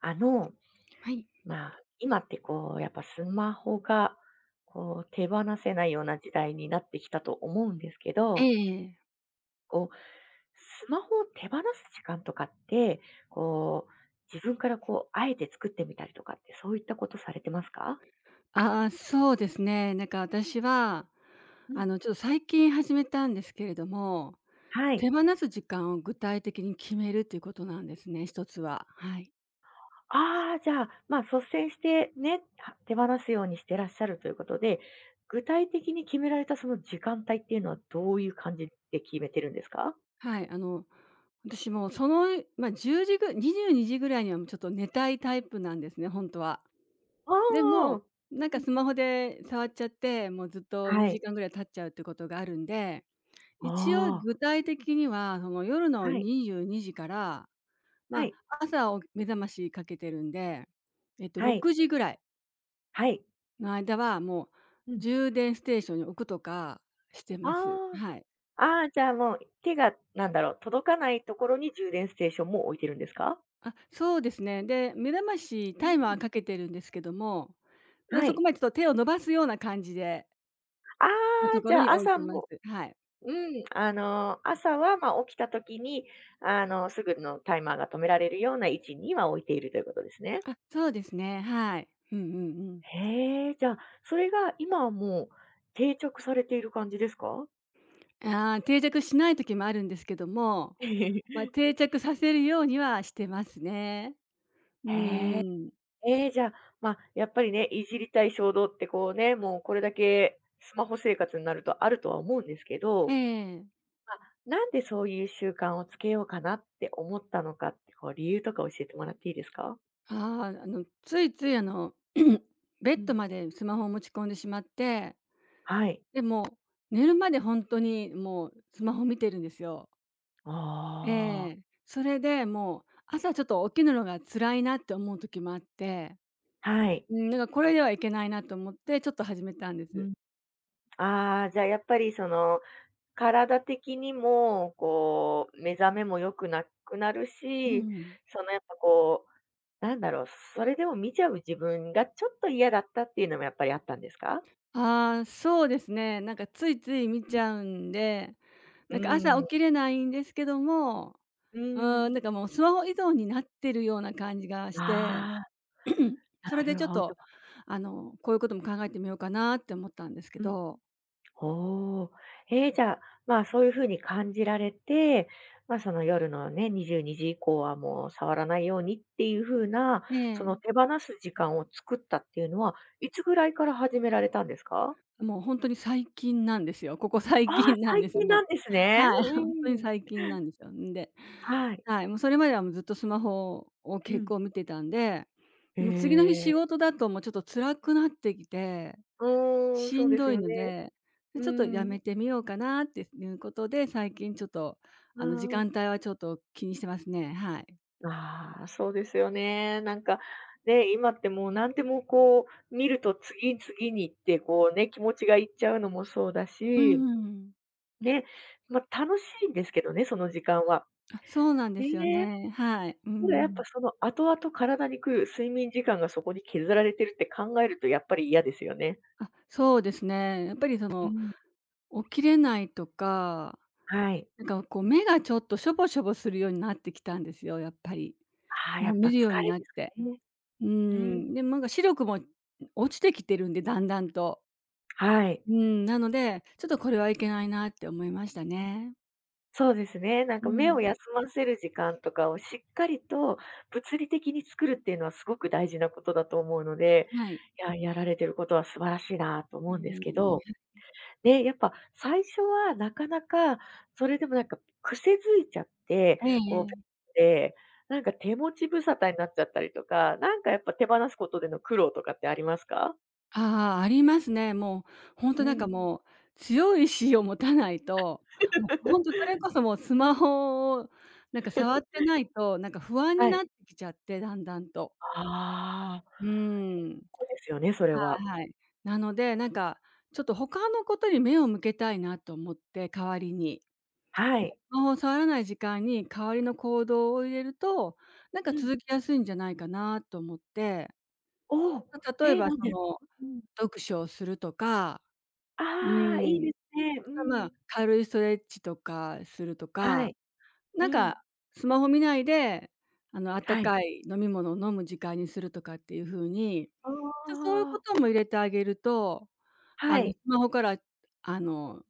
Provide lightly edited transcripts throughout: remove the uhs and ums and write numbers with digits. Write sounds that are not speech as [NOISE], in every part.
あの、はい。まあ、今ってこう、やっぱスマホが、こう、手放せないような時代になってきたと思うんですけえど、え。こう、スマホを手放す時間とかって、こう、自分からこう、あえて作ってみたりとかって、そういったことされてますか？ああ、そうですね。なんか私は、うん。ちょっと最近始めたんですけれども、は手い。放す時間を具体的に決めるということなんですね、一つは。はい。ああ、じゃあ、まあ、率先してね、は手放すようにしてらっしゃるということで、具体的に決められたその時間帯っていうのはどういう感じで決めてるんですか？はい、私もその、まあ、10時ぐ22時ぐらいにはもうちょっと寝たいタイプなんですね、本当は。あであも、ー。なんかスマホで触っちゃって、もうずっとは2い。時間ぐらい経っちゃうってことがあるんで、一応あ具体的には、その夜あ、のはい、22時から、まはあ、い、朝を目覚ましかけてるんで、はい、6時ぐらいはい。の間はもううん。充電ステーションに置くとかしてます。あはい。あ、ああ、じゃあもう手がなんだろう、届かないところに充電ステーションも置いてるんですか？あ、そうですね。で、目覚ましうタイマーん。かけてるんですけども、あ、はそこい。までちょっと手を伸ばすような感じでああ、のとこじろゃあに置い朝てます。もはい。うん、朝は、ま、起きた時に、すぐのタイマーが止められるような位置には置いているということですね。あ、そうですね。はい。うんうんうん。へえ、じゃあ、それが今はもう定着されている感じですか？あー、定着しない時もあるんですけども、[LAUGHS] まあ、え。定着させるようにはしてますね。うんへうん。ええ、じゃあ、まあ、やっぱりね、いじりたい衝動ってこうね、もうこれだけスマホ生活になるとあるとは思うんですけえど、え。まあ、なんでそういう習慣をつけようかなって思ったのかって、こう理由とか教えてもらっていいですか？ああ、ついつい、[CLEARS THROAT]、ベッうドん。までスマホを持ち込んでしまって、はい。で、も寝るまで本当にもうスマホ見てるんですよ。えあえ。あ。それで、もう朝ちょっと起きるのが辛いなって思う時もあって、はい。うん、なんかこれではいけないなと思ってちょっと始めたんでうす。ん。ああ、じゃあやっぱりその、体的にもこう目覚めも良くなくなるうし、ん。そのやっぱこう、なんだろう、それでも見ちゃう自分がちょっと嫌だったっていうのもやっぱりあったんですか？ああ、そうですね。なんかついつい見うちん、ゃうんで、うーなんか朝ん、起きれないんですけども、うーうん、ん。なんかもうスマホ依存になってるような感じがしあて、あ、それなでるちょっほど。と、こういうことも考えてみようかなって思ったんですけうん。ど、おお。ええ、じゃあ、まあ、そういう風に感じられて、まあ、その夜のね、22時以降はもう触らないようにっていう風な、えそのえ。手放す時間を作ったっていうのは、いつぐらいから始められたんですか？もうほんとに最近なんですよ。ここ最ああ、近なん最です、近もなう。んですね。はい、うほんとにん。最近なんですよ。んで、はい。はい、もうそれまではもうずっとスマホをう結ん。構見てたんで、へもう次の日仕え。事だともうちょっと辛くなってきて、うーん、しそうんですどいよね。ので、で、うちょっとやん。めてみようかなっていうことで、最近ちょっと、あ時あ。間帯はちょっと気にしてますね。はい。ああ、そうですよね。なんか、ね、今ってもう何でもこう、見ると次々にってこうね、気持ちがいっちゃうのもそうだうんし、うんうん。ね、ま、楽しいんですけどね、その時間は。そうなんでえすよえ。ね。はい。うんうただやっん。ぱその後々体に来る睡眠時間がそこに削られてるって考えるとやっぱり嫌ですよね。あ、そうですね。やっぱりそうの、ん。起きれないとか、はい。なんかこう目がちょっとしょぼしょぼするようになってきたんですよ、やっぱり。ああ、やもうっぱ見疲るようにれなっですかて。ね。ううん。ん、でもなんか視力も落ちてきてるんで、だんだんと。はい。うん、なので、ちょっとこれはいけないなって思いましたね。そうですね。なんうか目をん。休ませる時間とかをしっかりと物理的に作るっていうのはすごく大事なことだと思うので、はい。いや、やられてることは素晴らしいなと思うんですけえど、ね、やっぱ最初はなかなか、それでもなんか癖づいちゃって、ーえええこえ。う、で、なんか手持ち無沙汰になっちゃったりとか、なんかやっぱ手放すことでの苦労とかってありますか？ああ、ありますね。もう本当うなんかん。もう、強い意志を持たないと、もう本当そ [LAUGHS] れこそもうスマホをなんか触ってないと、なんか不安にはい。なってきちゃって、だんだんと。ああ、うーん。そうですよね、それはは。いはい。なので、なんかちょっと他のことに目を向けたいなと思って、代わりに。はい。スマホを触らない時間に代わりの行動を入れると、なんかうん。続きやすいんじゃないかなと思って、おお、ま例えええ、ばなんそですの、か？うん。読書をするとか、うああ、いいん。ですね。うまあ、ん。軽いストレッチとかするとはか、い。なうんん。かスマホ見ないで、あったはい。かい飲み物を飲む時間にするとかっていう風に、あそういうこあ。とも入れてあげると、はスい。マホから、あの、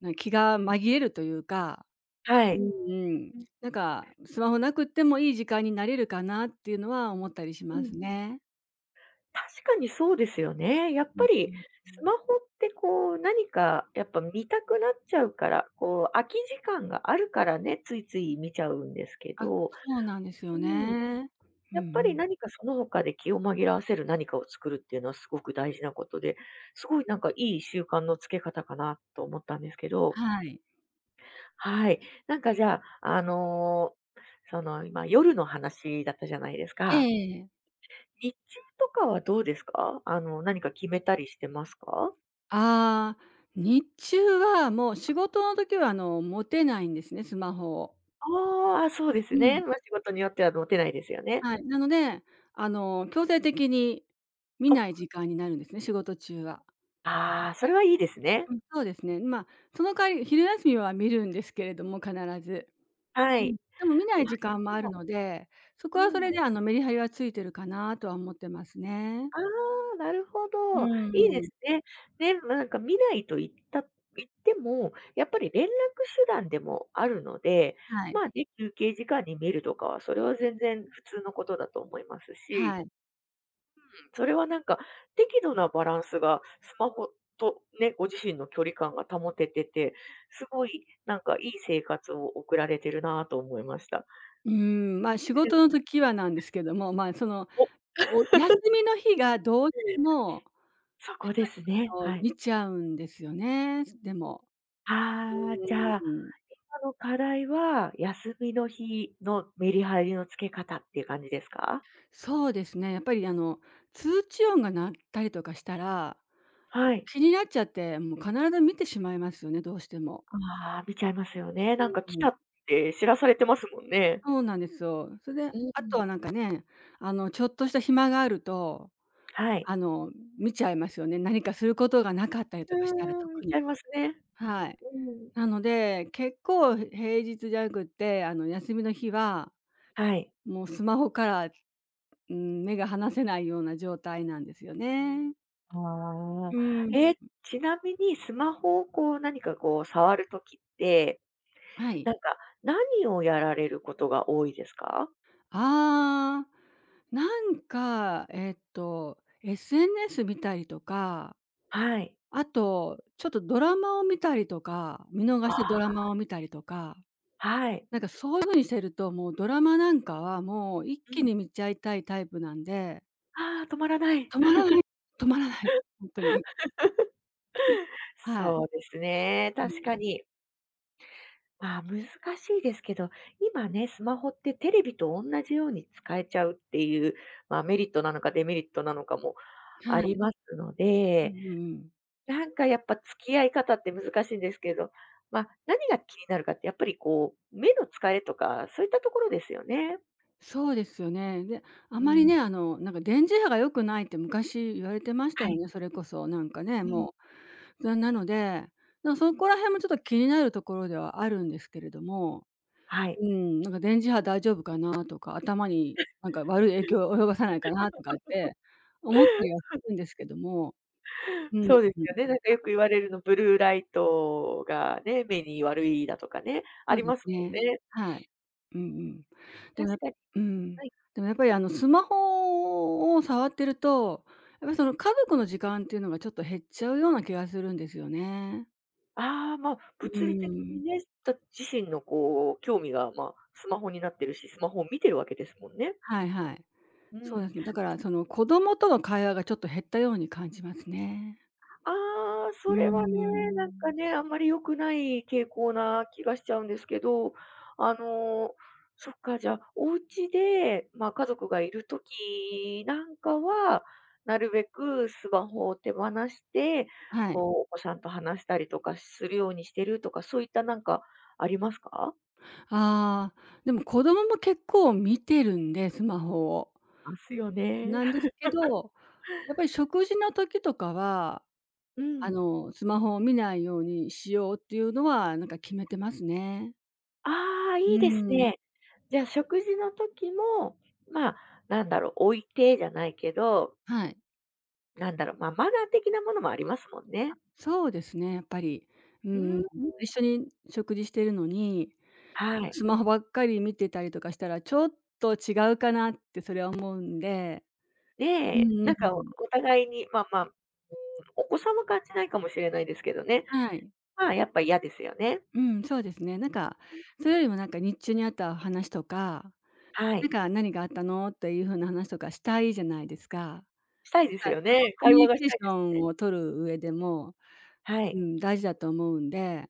気が紛れるというか、はうい。んうん、うん、なんかスマホなくってもいい時間になれるかなっていうのは思ったりしうますん。ね。確かにそうですよね。やっうぱんうりん、うスん。マホってこう、何かやっぱ見たくなっちゃうから、こう空き時間があるからね、ついつい見ちゃうんですけあ、ど、そうなんですようん、ね。うんうやっぱりん。何かその他で気を紛らわせる何かを作るっていうのはすごく大事なことで、すごいなんかいい習慣のつけ方かなと思ったんですけど。はい。はい。なんかじゃあ、その今夜の話だったじゃないですえか。え。日中とかはどうですか？何か決めたりしてますか？ああ、日中はもう仕事の時は、持てないんですね、スマホを。ああ、そうですうん。ね。まあ、仕事によっては持てないですよね。はい、なので、強制的に見あ、ない時間になるんですね、仕事中は。ああそれはいいですね。うん、そうですね。まあ、その代わり昼休みは見るんですけれども、必ず。はうい。ん。でも見ないまあ時間もであるもので、そこうはそれん。で、メリハリはついてるかなとは思ってますね。ああ、なるほうど。いいんでうん。すね。ね、ま、なんか見ないと言っても、やっぱり連絡手段でもあるので、はい。まあね、休憩時間に見るとかは、それは全然普通のことだと思いますし、はい。それはなんか、適度なバランスがスマホとね、ご自身の距離感が保ててて、すごいなんかいい生活を送られてるなと思いました。うん、仕事の時はなんですけども、そのお、お休みの日がどうしえてえ、も、そこですね、はい。見ちゃうんですよね、でも。うああ、じゃあ、ーん、今の課題は、休みの日のメリハリのつけ方っていう感じですか？そうですね、やっぱり通知音が鳴ったりとかしたら、はい。気になっちゃって、もう必ず見てしまいますよね、どうしても。ああ、見ちゃいますよね。なんかう来ん、たって知らされてますもんね。そうなんですよ。それで、うあとん。はなんかね、ちょっとした暇があると、はい。あの、見ちゃいますよね。何かすることがなかったりとかしたらうーん、見特ちゃに。いますね。はい。うん。なので、結構平日じゃなくって、休みの日ははい。もうスマホから、うん、目が離せないような状態なんですよね。ああ。うん。え、ちなみにスマホをこう何かこう触るときって、はい。なんか何をやられることが多いですか？ああ、なんか、SNS 見たりとか、はい。あと、ちょっとドラマを見たりとか、見逃してあ、ドラマを見たりとか、はい。なんかそういう風にしてると、もうドラマなんかはもう一う気ん。に見ちゃいたいタイプなんで、ああ、止まらない。止まらない、止まらない、ほんとに。はい。そうですね、うん。確かに。まあ、難しいですけど、今ね、スマホってテレビと同じように使えちゃうっていう、まあ、メリットなのかデメリットなのかもはあい。りますのうで、んうんうん。なんかやっぱ付き合い方って難しいんですけど、まあ、何が気になるかってやっぱりこう、目の疲れとか、そういったところですよね。そうですよね。で、あうまりん。ね、なんか電磁波が良くないって昔言われてましたはよい。ね、それこそ、なんかね、うん。もう。なので、なんかそこら辺もちょっと気になるところではあるんですけれども、はい。うん、なんか電磁波大丈夫かなとか、頭になんか悪い影響を及ぼさないかなとかって思ったりはす [LAUGHS] るんですけども、そうですうん。よね。なんかよく言われるの、ブルーライトがね、目に悪いだとかね、あそうりですますもんね。ね。はい。うんうん。でも確やかにうん。はい。でもやっぱりあのスマホを触ってると、やっぱりその家族の時間っていうのがちょっと減っちゃうような気がするんですよね。ああ、まあ、う物理的ん。にね、た自身のこう、興味が、まあ、スマホになってるし、スマホを見てるわけですもんね。はいはい。うそうん。ですね。だからその子供との会話がちょっと減ったように感じますね。ああ、うそーれはね、なんかん。ね、あんまり良くない傾向な気がしちゃうんですけど、あの、そっか、じゃあ、お家で、まあ、家族がいるときなんかは、なるべくスマホを手放して、はい。こう、お子さんと話したりとかするようにしてるとか、そういったなんかありますかああ、でも子供も結構見てるんで、スマホを。ますよね。なんですけど、やっぱり食事の時とかはうん。スマホを見ないようにしようっていうのは、なんか決めてますね。ああ、ういいですーん、ね。じゃあ、食事の時も、まあ、なんだろう、置いてじゃないけど、はい。なんだろう、まあ、マナー的なものもありますもんね。そうですね、やっぱり。ううーん、ん。一緒に食事してるのに、はい。スマホばっかり見てたりとかしたら、ちょっと違うかなってそれは思うんで。うで、んうんうなんかおん。お互いに、まあまあ、うん、お子さんは感じないかもしれないですけどね、はい。まあ、やっぱ嫌ですよね。うん、そうですね。なんか、それよりもなんか日中にあった話とか、はなんい。か「何があったの？」っていう風な話とかしたいじゃないですか。したいですなんか、よそのね。コ会ミュ話ニがしケーたシいョですンね。を取る上でも、はうい。ん、大事だと思うんで、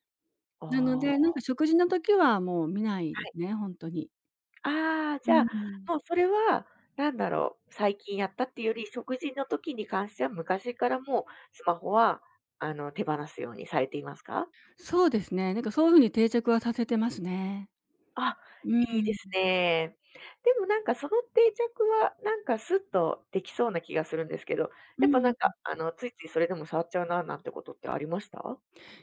おなのはで、なんか食事の時はもう見ないですい。ね、ほんとに。ああ、うじゃあ、ん。もうそれは、なんだろう、最近やったっていうより、食事の時に関しては昔からもうスマホは、手放すようにされていますか？そうですね、なんかそういう風に定着はさせてますね。あ、ういいでん。すね。でもなんかその定着は、なんかスッとできそうな気がするんですけど、うやっぱなんん。か、ついついそれでも触っちゃうななんてことってありました？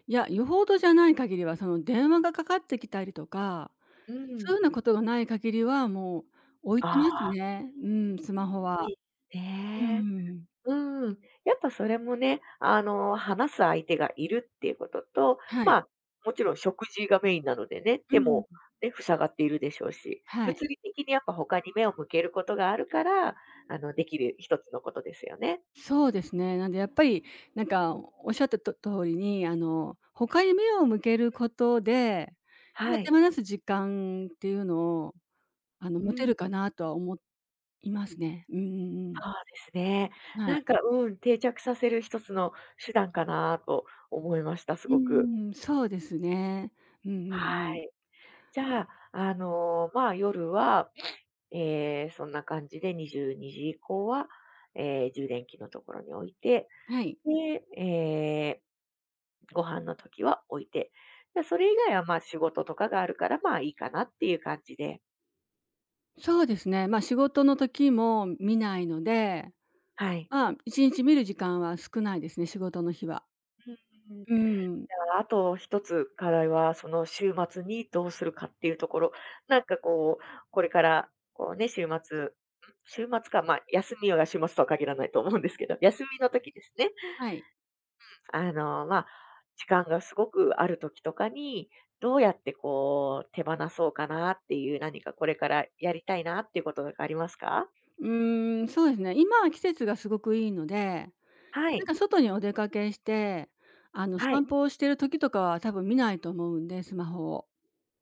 いや、よほどじゃない限りは、その電話がかかってきたりとか、うそん。ういうようなことがない限りは、もう置いてあますあ、ね。うん、スマホいは。いうんね。うんうん。うん。やっぱそれもね、話す相手がいるっていうことと、はい。まあ、もちろん食事がメインなのでね、う手ん。もね、塞がっているでしょうし、はい。物理的にやっぱ他に目を向けることがあるから、できる一つのことですよね。そうですね。なんでやっぱり、なんかおっしゃったと通りに、他に目を向けることで、今は手放い。す時間っていうのを、う持てん、るかなとは思いますね。うんうんうん。そうですね。はい。なんか、うん、定着させる一つの手段かなと思いました、すうんごうく。んうん、そうですね。うんうんはうん。い。じゃあ、まあ、夜はそんな感じで22時以降は、充電器のところに置いて、はい。で、ご飯の時は置いて、で、それ以外は、ま、仕事とかがあるから、まあ、いいかなっていう感じで、そうですね。仕事の時も見ないので、はい。まあ、1日見る時間は少ないですね、仕事の日は。うん。うん。あと一つ課題は、その週末にどうするかっていうところ。なんかこう、これから、こうね、週末か、まあ、休みが週末とは限らないと思うんですけど、休みの時ですね。はい。まあ、時間がすごくある時とかに、どうやってこう手放そうかなっていう、何かこれからやりたいなっていうこととかありますか？うん、そうですね。今は季節がすごくいいので、はなんい、か外にお出かけして、はい。散歩をしてる時とかは多分見ないと思うんで、スマホを。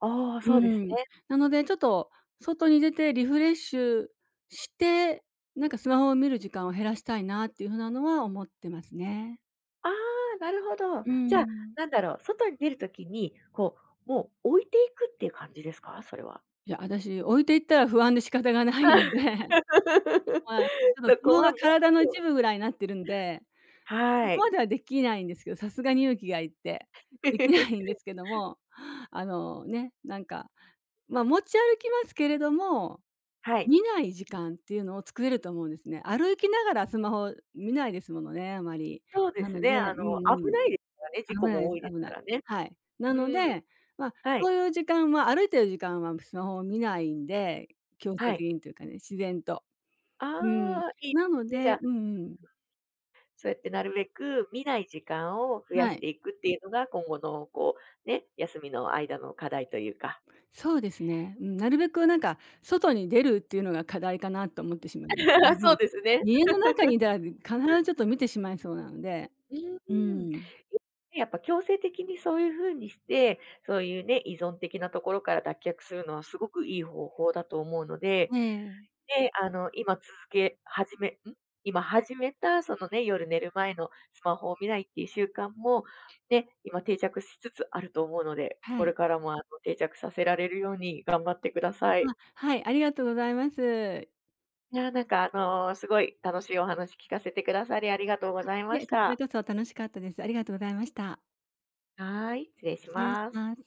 ああ、そうでうすん。ね。なのでちょっと外に出てリフレッシュして、なんかスマホを見る時間を減らしたいなっていう風なのは思ってますね。ああ、なるほど。うじゃあ、ん。なんだろう、外に出る時に、こう、もう置いていくっていう感じですか？それは。いや、私置いていったら不安で仕方がないので、[LAUGHS] まあ、ち [LAUGHS] ょっとスそマこホはが持っ体のて一は部ぐらいになってるんで、そはこい。まではできないんですけど、さすがに勇気がいって、できないんで [LAUGHS] すけども、ね、なんか、まあ、持ち歩きますけれども、はい。見ない時間っていうのを作れると思うんですね。歩きながらスマホ見ないですものね、あまり。そうでなすのでね、うんう危ん。ないですからね、事危故ないもです、多いです危なかい。らね。はい。なのうん、で、まあ、はい、そういう時間は歩いてる時間はスマホを見ないんで、強制は的い。にというかね、自然と。うん。ああ、いいでなのすね、じでゃあ、うんうん。そうやってなるべく見ない時間を増やはしい。ていくっていうのが、今後のこう、ね、休みの間の課題というか。そうですね。うん、なるべくなんか外に出るっていうのが課題かなと思ってしまいます。[LAUGHS] もそううですね。家の中にいたら必ずちょっと見てしまいそうなので。ううーん。ん。やっぱ強制的にそういう風にして、そういうね、依存的なところから脱却するのはすごくいい方法だと思うので、ええ、で、け始めん？今始めた、そのね、夜寝る前のスマホを見ないっていう習慣も、ね、今定着しつつあると思うので、はこれい。からも、定着させられるように頑張ってくださあ、い。はい、ありがとうございます。いやー、なんか、すごい楽しいお話聞かせてくださりありがとうございいまえ、しこちた。らこそ楽しかったです。ありがとうございました。はーい、失礼し失礼します。ます。